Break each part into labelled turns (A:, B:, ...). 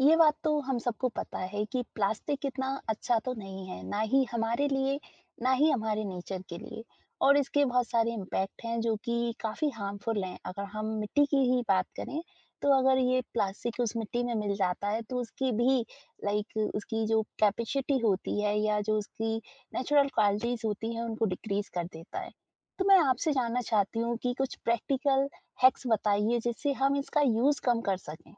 A: ये बात तो हम सबको पता है कि प्लास्टिक कितना अच्छा तो नहीं है, ना ही हमारे लिए, ना ही हमारे नेचर के लिए और इसके बहुत सारे इम्पैक्ट हैं जो कि काफ़ी हार्मफुल हैं। अगर हम मिट्टी की ही बात करें, तो अगर ये प्लास्टिक उस मिट्टी में मिल जाता है तो उसकी भी लाइक उसकी जो कैपेसिटी होती है या जो उसकी नेचुरल क्वालिटीज़ होती हैं, उनको डिक्रीज़ कर देता है। तो मैं आपसे जानना चाहती हूँ कि कुछ प्रैक्टिकल हैक्स बताइए जिससे हम इसका यूज़ कम कर सकें?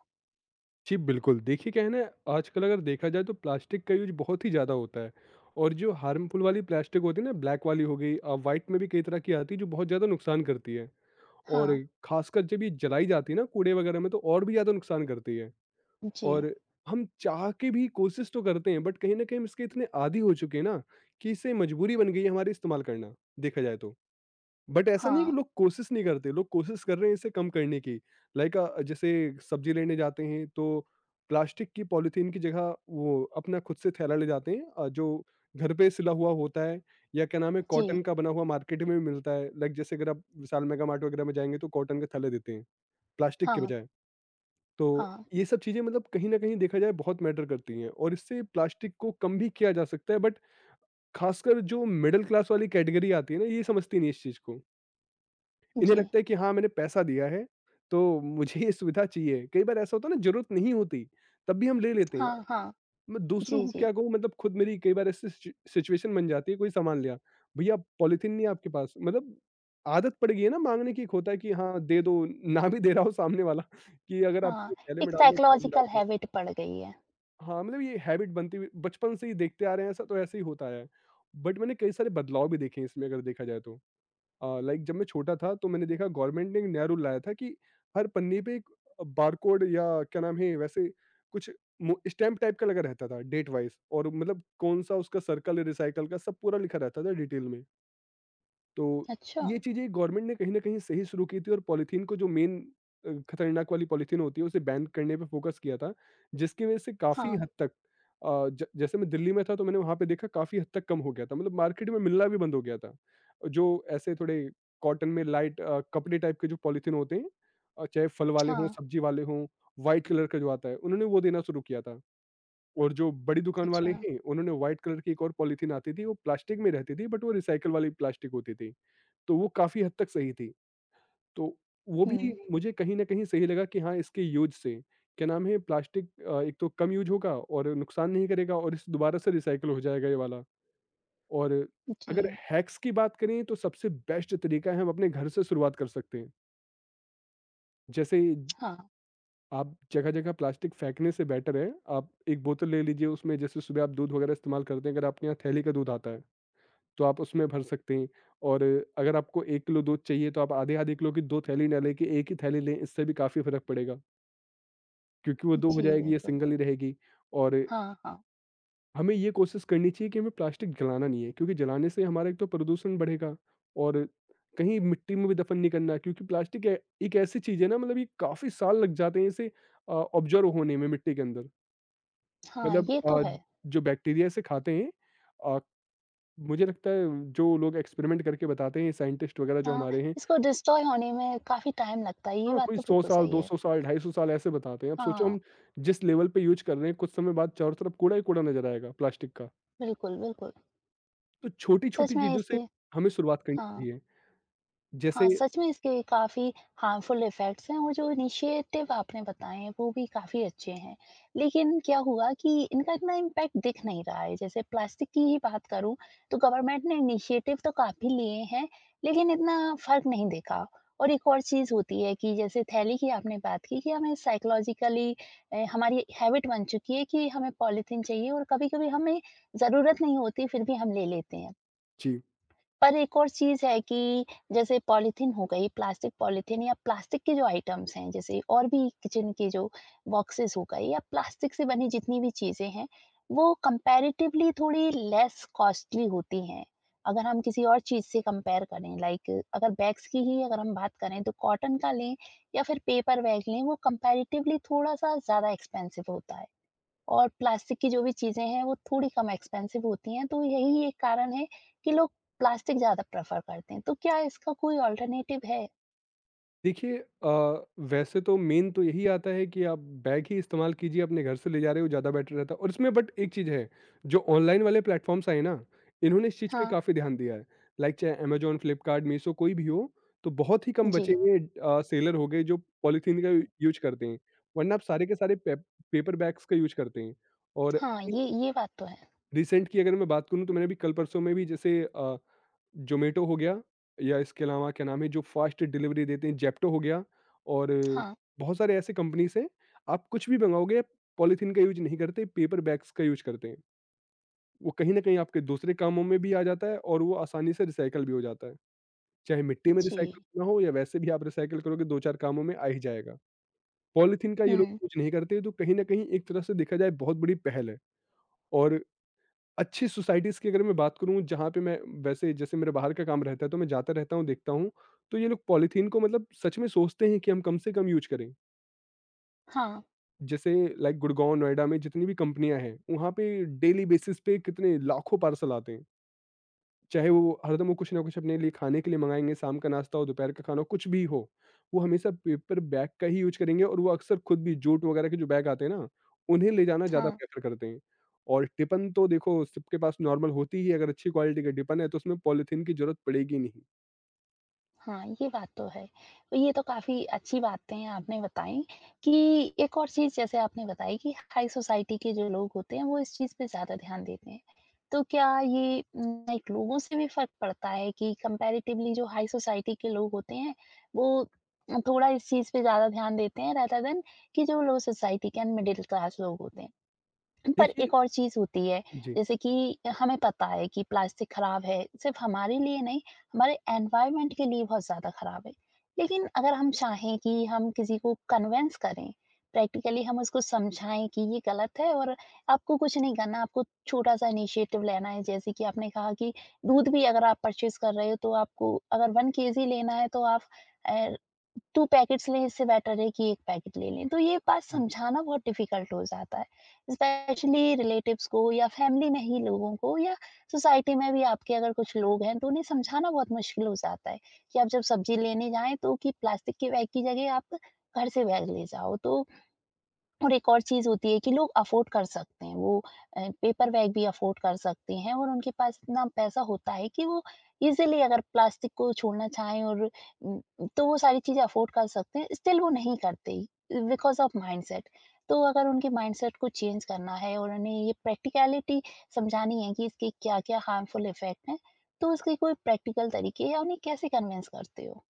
B: जी, बिल्कुल। देखिए क्या है ना, आजकल अगर देखा जाए तो प्लास्टिक का यूज़ बहुत ही ज़्यादा होता है। और जो हार्मफुल वाली प्लास्टिक होती है ना, ब्लैक वाली हो गई, व्हाइट में भी कई तरह की आती है जो बहुत ज़्यादा नुकसान करती है। और
A: हाँ,
B: खासकर जब ये जलाई जाती है ना, कूड़े वगैरह में, तो और भी ज़्यादा नुकसान करती है।
A: जी।
B: और हम चाह के भी कोशिश तो करते हैं, बट कहीं न कहीं हम इसके इतने आदी हो चुके हैं ना, कि इससे मजबूरी बन गई है हमारे इस्तेमाल करना, देखा जाए तो। बट ऐसा नहीं है
A: हाँ,
B: कि लोग कोशिश नहीं करते, लोग कोशिश कर रहे हैं इसे कम करने की। लाइक जैसे सब्जी लेने जाते हैं तो प्लास्टिक की पॉलीथीन की जगह वो अपना खुद से थैला ले जाते हैं, जो घर पे सिला हुआ होता है, या क्या नाम है,
A: जी।
B: कॉटन का बना हुआ मार्केट में भी मिलता है। लाइक जैसे अगर आप विशाल मेगा मार्ट वगैरह में जाएँगे तो कॉटन के थैले देते हैं, प्लास्टिक के
A: हाँ,
B: बजाय। तो
A: हाँ,
B: ये सब चीज़ें मतलब कहीं न कहीं देखा जाए बहुत मैटर करती हैं, और इससे प्लास्टिक को कम भी किया जा सकता है। बट ख़ासकर जो मिडल क्लास वाली कैटेगरी आती है ना, ये समझती नहीं है इस चीज़ को। इन्हें
A: जी।
B: लगता है कि हाँ, मैंने पैसा दिया है, तो मुझे ये सुविधा चाहिए। कई बार ऐसा होता है ना, ज़रूरत नहीं होती, तब भी हम ले लेते हैं।
A: हाँ, हाँ,
B: मैं दूसरों
A: जी,
B: को
A: जी।
B: क्या कहूँ, मतलब खुद मेरी कई बार ऐसी सिचुएशन बन जाती है, कोई सामान लिया, भैया पॉलीथीन नहीं है आपके पास? मतलब आदत पड़ गई है ना माँगने की। एक होता है कि हाँ, दे दो, ना भी दे रहा हो सामने वाला कि अगर आप
A: हाँ,
B: थैले में
A: एक
B: डाल लो, बैग में
A: साइकोलॉजिकल
B: डाल दो।
A: हैबिट पड़ गई है।
B: हाँ, मतलब ये हैबिट बनती हुई बचपन से ही देखते आ रहे हैं ऐसा, तो ऐसे ही होता आया है। बट मैंने कई सारे बदलाव भी देखे हैं इसमें, अगर देखा जाए तो। लाइक जब मैं छोटा था तो मैंने देखा, गवर्नमेंट ने एक नया रूल लाया था कि हर पन्ने पे एक बारकोड, या क्या नाम है वैसे, कुछ स्टैम्प टाइप का लगा रहता था डेट वाइज, और मतलब कौन सा उसका सर्कल है रिसाइकल का, सब पूरा लिखा रहता था डिटेल में। तो
A: अच्छा,
B: ये चीज़ें गवर्नमेंट ने कहीं न कहीं सही शुरू की थी, और पॉलीथीन को जो मेन खतरनाक वाली पॉलीथीन होती है उसे बैन करने पे फोकस किया था, जिसकी वज़ह से काफ़ी
A: हाँ,
B: हद तक अ, ज जैसे मैं दिल्ली में था, तो मैंने वहाँ पे देखा काफ़ी हद तक कम हो गया था, मतलब मार्केट में मिलना भी बंद हो गया था। जो ऐसे थोड़े कॉटन में लाइट, कपड़े टाइप के जो पॉलीथीन होते हैं, चाहे फल वाले हों,
A: हाँ,
B: सब्जी वाले हों, व्हाइट कलर का जो आता है, उन्होंने वो देना शुरू किया था। और जो बड़ी दुकान
A: अच्छा,
B: वाले हैं उन्होंने व्हाइट कलर की एक और पॉलीथीन आती थी, वो प्लास्टिक में रहती थी बट वो रिसाइकल वाली प्लास्टिक होती थी। तो वो काफ़ी हद तक सही थी। तो वो भी
A: हुँ,
B: मुझे कहीं न कहीं सही लगा कि हाँ, इसके यूज़ से क्या नाम है, प्लास्टिक एक तो कम यूज़ होगा और नुकसान नहीं करेगा, और इस दोबारा से रिसाइकल हो जाएगा ये वाला। और अगर
A: जी,
B: हैक्स की बात करें तो सबसे बेस्ट तरीका है, हम अपने घर से शुरुआत कर सकते हैं। जैसे
A: हाँ,
B: आप जगह-जगह प्लास्टिक फेंकने से बेटर है, आप एक बोतल ले लीजिए, उसमें जैसे सुबह आप दूध वगैरह इस्तेमाल करते हैं, अगर आपके यहाँ थैली का दूध आता है, तो आप उसमें भर सकते हैं। और अगर आपको 1 किलो दूध चाहिए, तो आप आधे-आधे किलो की 2 थैली ना लेके 1 ही थैली लें, इससे भी काफ़ी फ़र्क पड़ेगा। क्योंकि वो 2 हो
A: जी,
B: जाएगी, ये
A: बिल्कुल।
B: सिंगल ही रहेगी। और
A: हाँ, हाँ,
B: हमें ये कोशिश करनी चाहिए कि हमें प्लास्टिक जलाना नहीं है, क्योंकि जलाने से हमारा एक तो प्रदूषण बढ़ेगा। और कहीं मिट्टी में भी दफन नहीं करना है, क्योंकि प्लास्टिक ए एक ऐसी चीज़ है ना, मतलब ये काफ़ी साल लग जाते हैं इसे ऑब्ज़र्व होने में मिट्टी के अंदर।
A: हाँ,
B: मतलब
A: ये तो है।
B: जो बैक्टीरिया इसे खाते हैं, अ, मुझे लगता है जो लोग एक्सपेरिमेंट करके बताते हैं, साइंटिस्ट वगैरह जो
A: हाँ,
B: हमारे हैं।
A: इसको डिस्ट्रॉय होने में काफ़ी टाइम लगता है, ये
B: हाँ,
A: बात
B: कोई
A: तो
B: 100
A: बिल्कुल
B: साल,
A: सही है।
B: 200 साल, 250 साल ऐसे बताते हैं। अब सोचो
A: हाँ,
B: हम जिस लेवल पे यूज़ कर रहे हैं, कुछ समय बाद चारों तरफ कूड़ा ही कूड़ा नज़र आएगा प्लास्टिक का।
A: बिल्कुल, बिल्कुल,
B: तो
A: सच
B: छोटी-छोटी
A: में
B: चीज़ों से
A: इसके
B: हमें शुरुआत करनी
A: हाँ।
B: चाहिए। जैसे
A: हाँ, सच में इसके काफ़ी हार्मफुल इफ़ेक्ट्स हैं और जो इनिशिएटिव आपने बताए हैं वो भी काफ़ी अच्छे हैं। लेकिन क्या हुआ कि इनका इतना इम्पैक्ट दिख नहीं रहा है। जैसे प्लास्टिक की ही बात करूँ तो गवर्नमेंट ने इनिशिएटिव तो काफ़ी लिए हैं लेकिन इतना फ़र्क नहीं दिखा। और एक और चीज़ होती है कि जैसे थैली की आपने बात की कि हमें साइकोलॉजिकली हमारी हैबिट बन चुकी है कि हमें पॉलीथीन चाहिए और कभी-कभी हमें ज़रूरत नहीं होती फिर भी हम ले लेते हैं।
B: जी।
A: पर एक और चीज़ है कि जैसे पॉलीथीन हो गई, प्लास्टिक पॉलीथीन या प्लास्टिक के जो आइटम्स हैं, जैसे और भी किचन के जो बॉक्सेस हो गए या प्लास्टिक से बनी जितनी भी चीज़ें हैं, वो कंपैरेटिवली थोड़ी लेस कॉस्टली होती हैं। अगर हम किसी और चीज़ से कंपेयर करें लाइक अगर बैग्स की ही अगर हम बात करें तो कॉटन का लें या फिर पेपर बैग लें, वो कंपैरेटिवली थोड़ा-सा ज़्यादा एक्सपेंसिव होता है। और प्लास्टिक की जो भी चीज़ें हैं वो थोड़ी कम एक्सपेंसिव होती हैं, तो यही एक कारण है कि लोग प्लास्टिक ज़्यादा प्रेफ़र करते हैं। तो क्या इसका कोई अल्टरनेटिव है?
B: देखिए वैसे तो मेन तो यही आता है कि आप बैग ही इस्तेमाल कीजिए, अपने घर से ले जा रहे हो ज़्यादा बेटर रहता है। और इसमें बट एक चीज़ है, जो ऑनलाइन वाले प्लेटफॉर्म्स आए ना, इन्होंने इस चीज़ पे
A: हाँ।
B: काफ़ी ध्यान दिया है। लाइक चाहे अमेजोन, फ्लिपकार्ट, मीशो कोई भी हो, तो बहुत ही कम बचे
A: जी।
B: हुए सेलर हो गए जो पॉलीथीन का यूज करते हैं, वरना आप सारे के सारे पे, पेपर बैग्स का यूज करते हैं। और
A: हाँ, ये बात तो है।
B: रिसेंट की अगर मैं बात करूँ, तो मैंने अभी कल परसों में भी जैसे ज़ोमैटो हो गया, या इसके अलावा क्या नाम है जो फ़ास्ट डिलीवरी देते हैं, ज़ेप्टो हो गया, और
A: हाँ।
B: बहुत सारे ऐसे कंपनीज़ हैं। आप कुछ भी मँगाओगे पॉलीथीन का यूज़ नहीं करते, पेपर बैग्स का यूज़ करते हैं। वो कहीं न कहीं आपके दूसरे कामों में भी आ जाता है, और वो आसानी से रिसाइकल भी हो जाता है। चाहे मिट्टी में
A: जी।
B: रिसाइकल होना हो, या वैसे भी आप रिसाइकल करोगे 2-4 कामों में आ ही जाएगा। पॉलीथीन का ये लोग
A: हुँ।
B: यूज़ नहीं करते, तो कहीं न कहीं एक तरह से देखा जाए बहुत बड़ी पहल है। और अच्छी सोसाइटीज़ की अगर मैं बात करूँ, जहाँ पे मैं वैसे जैसे मेरा बाहर का काम रहता है तो मैं जाता रहता हूँ, देखता हूँ, तो ये लोग पॉलीथीन को मतलब सच में सोचते हैं कि हम कम से कम यूज़ करें।
A: हाँ,
B: जैसे लाइक गुड़गाँव, नोएडा में जितनी भी कंपनियाँ हैं, वहाँ पे डेली बेसिस पे कितने लाखों पार्सल आते हैं। चाहे वो हरदम वो कुछ ना कुछ अपने लिए खाने के लिए मँगाएँगे, शाम का नाश्ता हो, दोपहर का खाना हो, कुछ भी हो, वो हमेशा पेपर बैग का ही यूज़ करेंगे। और वो अक्सर खुद भी जूट वगैरह के जो बैग आते हैं ना, उन्हें ले जाना ज़्यादा
A: हाँ।
B: प्रेफ़र करते हैं। और टिफ़िन तो देखो सबके पास नॉर्मल होती ही है, अगर अच्छी क्वालिटी का टिफ़िन है तो उसमें पॉलीथीन की ज़रूरत पड़ेगी नहीं।
A: हाँ, ये बात तो है। ये तो काफ़ी अच्छी बातें आपने बताई कि एक और चीज़ जैसे आपने बताई कि हाई सोसाइटी के जो लोग होते हैं, वो इस चीज़ पे ज़्यादा ध्यान देते हैं। तो क्या ये लाइक लोगों से भी फ़र्क पड़ता है कि कंपैरेटिवली जो हाई सोसाइटी के लोग होते हैं, वो थोड़ा इस चीज़ पे ज़्यादा ध्यान देते हैं, रेदर देन कि जो लो सोसाइटी के एंड मिडल क्लास लोग होते हैं? पर
B: देखिए
A: एक और चीज़ होती है,
B: जी।
A: जैसे कि हमें पता है कि प्लास्टिक खराब है, सिर्फ़ हमारे लिए नहीं, हमारे एनवायरनमेंट के लिए बहुत ज़्यादा खराब है। लेकिन अगर हम चाहें कि हम किसी को कन्विंस करें, प्रैक्टिकली हम उसको समझाएँ कि ये गलत है और आपको कुछ नहीं करना, आपको छोटा-सा इनिशिएटिव लेना है। जैसे कि आपने कहा कि दूध भी अगर आप परचेज़ कर रहे हो, तो आपको अगर 1 केजी लेना है, तो आप अ, 2 पैकेट्स लें इससे बेटर है कि 1 पैकेट ले लें। तो ये बात समझाना बहुत डिफ़िकल्ट हो जाता है। स्पेशली रिलेटिव्स को या फैमिली में ही लोगों को या सोसाइटी में भी आपके अगर कुछ लोग हैं तो उन्हें समझाना बहुत मुश्किल हो जाता है कि आप जब सब्ज़ी लेने जाएँ तो कि प्लास्टिक के बैग की जगह आप घर से बैग ले जाओ। तो और एक और चीज़ होती है कि लोग अफ़ोर्ड कर सकते हैं, वो पेपर बैग भी अफ़ोर्ड कर सकते हैं और उनके पास इतना पैसा होता है कि वो ईज़िली अगर प्लास्टिक को छोड़ना चाहें और उम, तो वो सारी चीज़ें अफ़ोर्ड कर सकते हैं, स्टिल वो नहीं करते बिकॉज़ ऑफ माइंडसेट। तो अगर उनके माइंडसेट को चेंज करना है और उन्हें ये प्रैक्टिकैलिटी समझानी है कि इसके क्या-क्या हार्मफुल इफ़ेक्ट हैं, तो उसके कोई प्रैक्टिकल तरीके या उन्हें कैसे कन्विंस करते हो?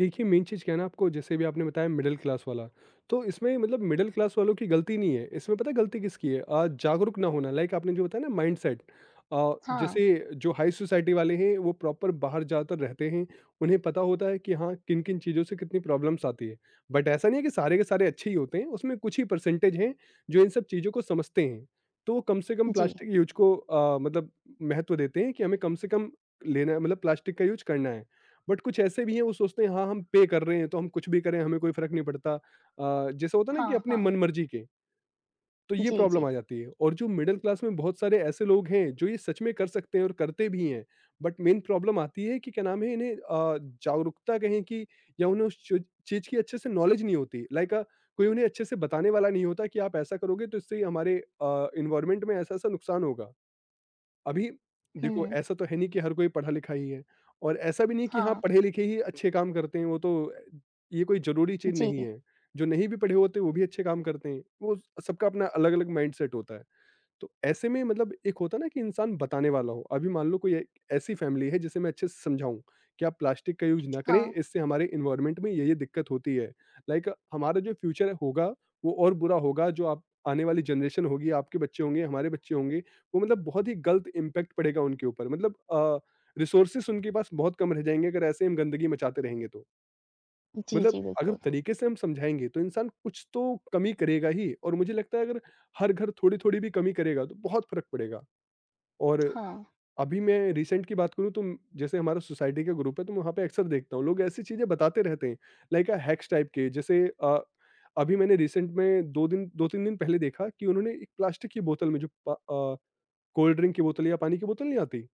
B: देखिए, मेन चीज़ क्या है ना, आपको जैसे भी आपने बताया मिडल क्लास वाला, तो इसमें मतलब मिडल क्लास वालों की गलती नहीं है, इसमें पता है गलती किसकी है? जागरूक ना होना, लाइक आपने जो बताया ना, माइंडसेट।
A: हाँ,
B: जैसे जो हाई सोसाइटी वाले हैं वो प्रॉपर बाहर ज़्यादातर रहते हैं, उन्हें पता होता है कि हाँ, किन-किन चीज़ों से कितनी प्रॉब्लम्स आती है। बट ऐसा नहीं है कि सारे के सारे अच्छे ही होते हैं, उसमें कुछ ही परसेंटेज हैं जो इन सब चीज़ों को समझते हैं। तो वो कम से कम
A: जी।
B: प्लास्टिक यूज़ को मतलब महत्व देते हैं कि हमें कम से कम लेना है, मतलब प्लास्टिक का यूज़ करना है। बट कुछ ऐसे भी हैं, वो सोचते हैं हाँ हम पे कर रहे हैं तो हम कुछ भी करें, हमें कोई फर्क नहीं पड़ता, जैसे होता है ना कि
A: हाँ,
B: अपनी
A: हाँ।
B: मन मर्जी के। तो ये
A: जी,
B: प्रॉब्लम
A: जी।
B: आ जाती है। और जो मिडिल क्लास में बहुत सारे ऐसे लोग हैं जो ये सच में कर सकते हैं और करते भी हैं, बट मेन प्रॉब्लम आती है कि क्या नाम है, इन्हें जागरूकता कहें कि, या उन्हें उस चीज की अच्छे से नॉलेज नहीं होती। लाइक कोई उन्हें अच्छे से बताने वाला नहीं होता कि आप ऐसा करोगे तो इससे हमारे इन्वायरमेंट में ऐसा ऐसा नुकसान होगा। अभी देखो
A: हुँ,
B: ऐसा तो है नहीं कि हर कोई पढ़ा-लिखा ही है, और ऐसा भी नहीं कि हाँ,
A: हाँ,
B: पढ़े-लिखे ही अच्छे काम करते हैं, वो तो ये कोई ज़रूरी चीज़ नहीं
A: जी।
B: है। जो नहीं भी पढ़े होते, वो भी अच्छे काम करते हैं। वो सबका अपना अलग-अलग माइंडसेट होता है। तो ऐसे में मतलब एक होता है ना कि इंसान बताने वाला हो। अभी मान लो कोई एक ऐसी फैमिली है जिसे मैं अच्छे से समझाऊं कि आप प्लास्टिक का यूज ना करें,
A: हाँ।
B: इससे हमारे इन्वायरमेंट में ये दिक्कत होती है। लाइक हमारा जो फ्यूचर होगा वो और बुरा होगा, जो आप आने वाली जनरेशन होगी, आपके बच्चे होंगे, हमारे बच्चे होंगे, वो मतलब बहुत ही गलत इम्पैक्ट पड़ेगा उनके ऊपर, मतलब रिसोर्सेस उनके पास बहुत कम रह जाएंगे अगर ऐसे हम गंदगी मचाते रहेंगे तो।
A: जी, जी,
B: मतलब अगर
A: बिल्कुल।
B: तरीके से हम समझाएँगे तो इंसान कुछ तो कमी करेगा ही, और मुझे लगता है अगर हर घर थोड़ी-थोड़ी भी कमी करेगा तो बहुत फ़र्क पड़ेगा। और
A: हाँ,
B: अभी मैं रिसेंट की बात करूँ तो जैसे हमारा सोसाइटी का ग्रुप है तो मैं वहाँ पे अक्सर देखता हूँ, लोग ऐसी चीज़ें बताते रहते हैं लाइक, हैक्स टाइप के। जैसे अभी मैंने रिसेंट में 2 दिन 2-3 दिन पहले देखा कि उन्होंने एक प्लास्टिक की बोतल में जो कोल्ड ड्रिंक की बोतल या पानी की बोतल नहीं आती?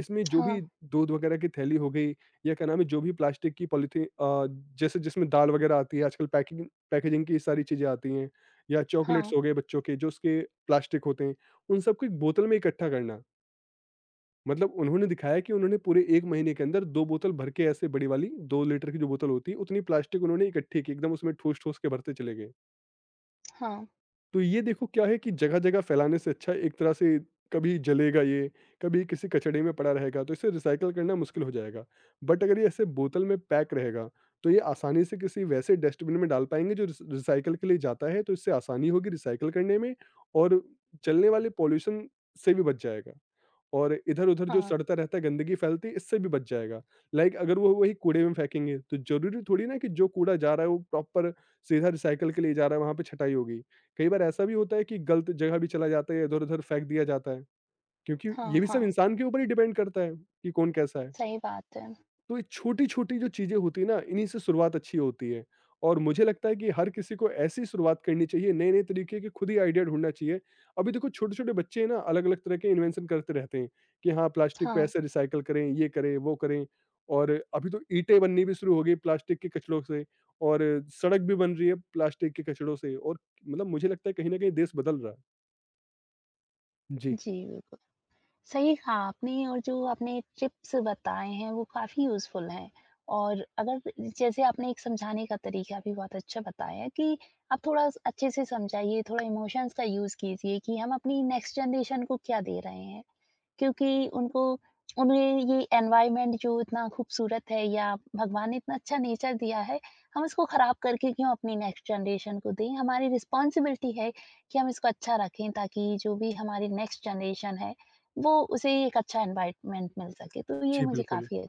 B: इसमें जो
A: हाँ,
B: भी दूध वगैरह की थैली हो गई, या क्या नाम है, जो भी प्लास्टिक की पॉलीथीन जैसे जिसमें दाल वगैरह आती है आजकल, पैकिंग पैकेजिंग की सारी चीज़ें आती हैं, या
A: हाँ,
B: चॉकलेट्स हो गए बच्चों के, जो उसके प्लास्टिक होते हैं, उन सबको एक बोतल में इकट्ठा करना। मतलब उन्होंने दिखाया कि उन्होंने पूरे 1 महीने के अंदर 2 बोतल भर के, ऐसे बड़ी वाली 2 लीटर की जो बोतल होती है, उतनी प्लास्टिक उन्होंने इकट्ठी की, एकदम उसमें ठूस-ठूस के भरते चले गए।
A: हाँ,
B: तो ये देखो, क्या है कि जगह-जगह फैलाने से अच्छा है एक तरह से। कभी जलेगा ये, कभी किसी कचड़े में पड़ा रहेगा, तो इसे रिसाइकल करना मुश्किल हो जाएगा। बट अगर ये ऐसे बोतल में पैक रहेगा, तो ये आसानी से किसी वैसे डस्टबिन में डाल पाएँगे जो रिसाइकल के लिए जाता है, तो इससे आसानी होगी रिसाइकल करने में, और चलने वाले पॉल्यूशन से भी बच जाएगा। और इधर-उधर जो
A: हाँ,
B: सड़ता रहता है, गंदगी फैलती है, इससे भी बच जाएगा। लाइक अगर वो वही कूड़े में फेंकेंगे, तो ज़रूरी थोड़ी ना कि जो कूड़ा जा रहा है, वो प्रॉपर सीधा रिसाइकल के लिए जा रहा है, वहाँ पे छँटाई होगी। कई बार ऐसा भी होता है कि गलत जगह भी चला जाता है, इधर-उधर फेंक दिया जाता है, क्योंकि
A: हाँ,
B: ये भी सब
A: हाँ,
B: इंसान के ऊपर ही डिपेंड करता है कि कौन कैसा है।
A: सही बात है।
B: तो ये छोटी-छोटी जो चीज़ें होती है ना, इन्हीं से शुरुआत अच्छी होती है, और मुझे लगता है कि हर किसी को ऐसी शुरुआत करनी चाहिए, नए-नए तरीके के खुद ही आइडिया ढूँढना चाहिए। अभी देखो, छोटे-छोटे बच्चे हैं ना, अलग-अलग तरह के इन्वेंशन करते रहते हैं कि हाँ, प्लास्टिक को
A: हाँ।
B: ऐसे रिसाइकिल करें, ये करें, वो करें। और अभी तो ईंटें बननी भी शुरू हो गई प्लास्टिक के कचड़ों से, और सड़क भी बन रही है प्लास्टिक के कचड़ों से, और मतलब मुझे लगता है कहीं न कहीं देश बदल रहा है। जी।
A: जी, बिल्कुल। सही कहा आपने और जो आपने टिप्स बताए हैं वो काफ़ी यूज़फुल हैं और अगर जैसे आपने एक समझाने का तरीका भी बहुत अच्छा बताया है कि आप थोड़ा स अच्छे से समझाइए, थोड़ा इमोशंस का यूज़ कीजिए कि हम अपनी नेक्स्ट जनरेशन को क्या दे रहे हैं। क्योंकि उनको उन्हें ये एनवायरनमेंट जो इतना खूबसूरत है या भगवान ने इतना अच्छा नेचर दिया है, हम इसको खराब करके क्यों अपनी नेक्स्ट जनरेशन को दें? हमारी रिस्पॉन्सिबिलिटी है कि हम इसको अच्छा रखें ताकि जो भी हमारी नेक्स्ट जनरेशन है, वो उसे एक अच्छा एनवायरनमेंट मिल सके। तो ये
B: जी,
A: मुझे
B: बिल्कुल।
A: काफ़ी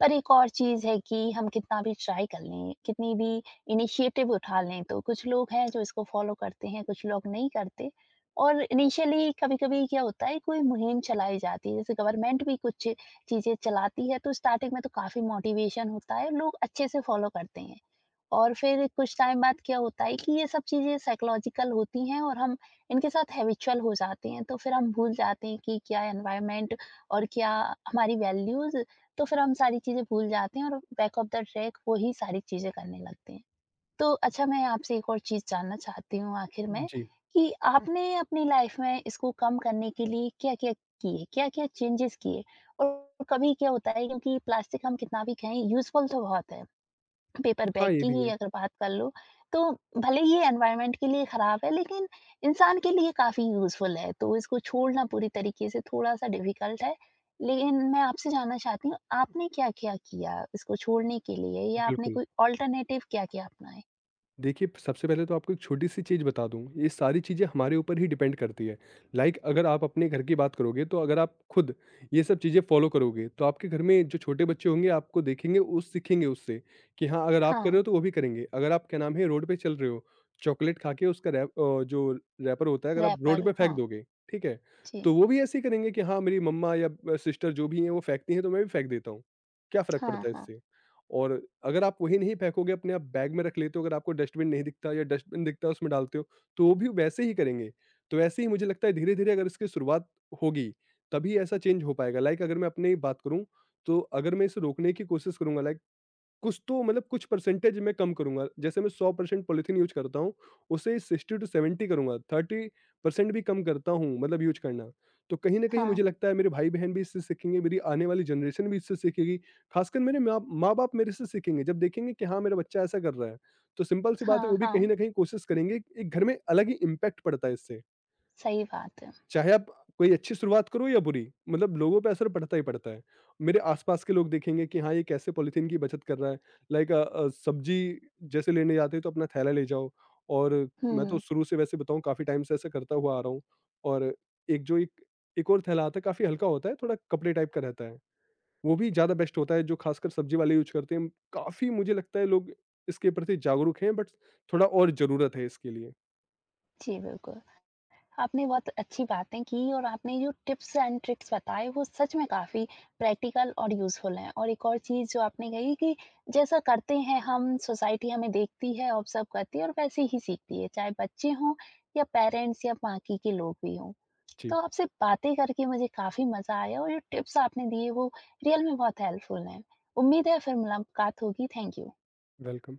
A: पर एक और चीज़ है कि हम कितना भी ट्राई कर लें, कितनी भी इनिशिएटिव उठा लें, तो कुछ लोग हैं जो इसको फॉलो करते हैं, कुछ लोग नहीं करते। और इनिशियली कभी-कभी क्या होता है, कोई मुहिम चलाई जाती है, जैसे गवर्नमेंट भी कुछ चीज़ें चलाती है, तो स्टार्टिंग में तो काफ़ी मोटिवेशन होता है, लोग अच्छे से फॉलो करते हैं। और फिर कुछ टाइम बाद क्या होता है कि ये सब चीज़ें साइकोलॉजिकल होती हैं और हम इनके साथ हैबिचुअल हो जाते हैं, तो फिर हम भूल जाते हैं कि क्या एनवायरनमेंट और क्या हमारी वैल्यूज़, तो फिर हम सारी चीज़ें भूल जाते हैं और बैक ऑफ द ट्रैक वही सारी चीज़ें करने लगते हैं। तो अच्छा मैं आपसे एक और चीज़ जानना चाहती हूँ आखिर में
B: जी।
A: कि हुँ। आपने अपनी लाइफ़ में इसको कम करने के लिए क्या-क्या किए? क्या-क्या चेंजेज़ किए? और कभी क्या होता है क्योंकि प्लास्टिक हम कितना भी कहें यूज़फुल तो बहुत है। पेपर बैग
B: हाँ, ये
A: की
B: भी
A: ही
B: है।
A: अगर बात कर लो, तो भले ही ये एनवायरनमेंट के लिए खराब है लेकिन इंसान के लिए काफ़ी यूज़फुल है, तो इसको छोड़ना पूरी तरीके से थोड़ा-सा डिफ़िकल्ट है। लेकिन मैं आपसे जानना चाहती हूँ, आपने क्या-क्या किया इसको छोड़ने के लिए या आपने
B: बिल्कुल।
A: कोई अल्टरनेटिव क्या-क्या अपनाए?
B: देखिए, सबसे पहले तो आपको एक छोटी-सी चीज़ बता दूँ, ये सारी चीज़ें हमारे ऊपर ही डिपेंड करती है। लाइक अगर आप अपने घर की बात करोगे, तो अगर आप खुद ये सब चीज़ें फ़ॉलो करोगे, तो आपके घर में जो छोटे बच्चे होंगे, आपको देखेंगे, वो सीखेंगे उससे कि हाँ, अगर आप कर
A: हाँ,
B: रहे हो, तो वो भी करेंगे। अगर आप, क्या नाम है, रोड पे चल रहे हो, चॉकलेट खा के उसका जो रैपर होता है, अगर आप रोड
A: रैपर
B: पे फेंक
A: हाँ,
B: दोगे, ठीक है,
A: जी।
B: तो वो भी ऐसे ही करेंगे कि हाँ, मेरी मम्मा या सिस्टर, जो भी हैं, वो फेंकती हैं, तो मैं भी फेंक देता हूँ। क्या फ़र्क
A: हाँ,
B: पड़ता है
A: हाँ,
B: इससे? और अगर आप वही नहीं फेंकोगे, अपने आप बैग में रख लेते हो, अगर आपको डस्टबिन नहीं दिखता या डस्टबिन दिखता है उसमें डालते हो, तो वो भी वैसे ही करेंगे। तो वैसे ही मुझे लगता है, धीरे धीरे अगर इसकी शुरुआत होगी, तभी ऐसा चेंज हो पाएगा। लाइक अगर मैं अपनी बात करूं, तो अगर मैं इसे रोकने की कोशिश करूंगा लाइक, कुछ तो, मतलब कुछ परसेंटेज मैं कम करूँगा। जैसे मैं 100% पॉलिथीन यूज़ करता हूँ, उसे 60-70 करूँगा, 30% भी कम करता हूँ मतलब यूज़ करना। तो कहीं न कहीं
A: हाँ,
B: मुझे लगता है मेरे भाई-बहन भी इससे सीखेंगे, मेरी आने वाली जनरेशन भी इससे सीखेगी। खासकर मेरे माँ-बाप मेरे से सीखेंगे, जब देखेंगे कि हाँ, मेरा बच्चा ऐसा कर रहा है, तो सिंपल सी बात है,
A: हाँ,
B: वो भी
A: हाँ,
B: कहीं न कहीं कोशिश करेंगे, एक घर में अलग ही इम्पैक्ट पड़ता है इससे।
A: सही बात है।
B: चाहे आप कोई अच्छी शुरुआत करो या बुरी, मतलब लोगों पे असर पड़ता ही पड़ता है। मेरे आसपास के लोग देखेंगे कि हाँ, ये कैसे पॉलीथीन की बचत कर रहा है। लाइक सब्जी जैसे लेने जाते हैं तो अपना थैला ले जाओ, और मैं तो
A: हुँ,
B: शुरू से वैसे बताऊँ, काफ़ी टाइम से ऐसा करता हुआ आ रहा हूँ। और एक जो एक एक और थैला आता है, काफ़ी हल्का होता है, थोड़ा कपड़े टाइप का रहता है। वो भी ज़्यादा बेस्ट होता है, जो खासकर सब्जी वाले यूज़ करते हैं। काफ़ी मुझे लगता है लोग इसके प्रति जागरूक हैं, बट थोड़ा और ज़रूरत है इसके लिए।
A: जी, बिल्कुल। आपने बहुत अच्छी बातें की और आपने जो टिप्स एंड ट्रिक्स बताए वो सच में काफ़ी प्रैक्टिकल और यूज़फुल हैं और एक और चीज़ जो आपने कही कि जैसा करते हैं हम सोसाइटी हमें देखती है ऑब्ज़र्व करती है और वैसे ही सीखती है, चाहे बच्चे हों या पेरेंट्स या बाकी के लोग भी हों।
B: जी,
A: तो आपसे बातें करके मुझे काफ़ी मज़ा आया और जो टिप्स आपने दिए वो रियल में बहुत हेल्पफुल हैं। उम्मीद है फिर मुलाकात होगी। Thank you.
B: वेलकम।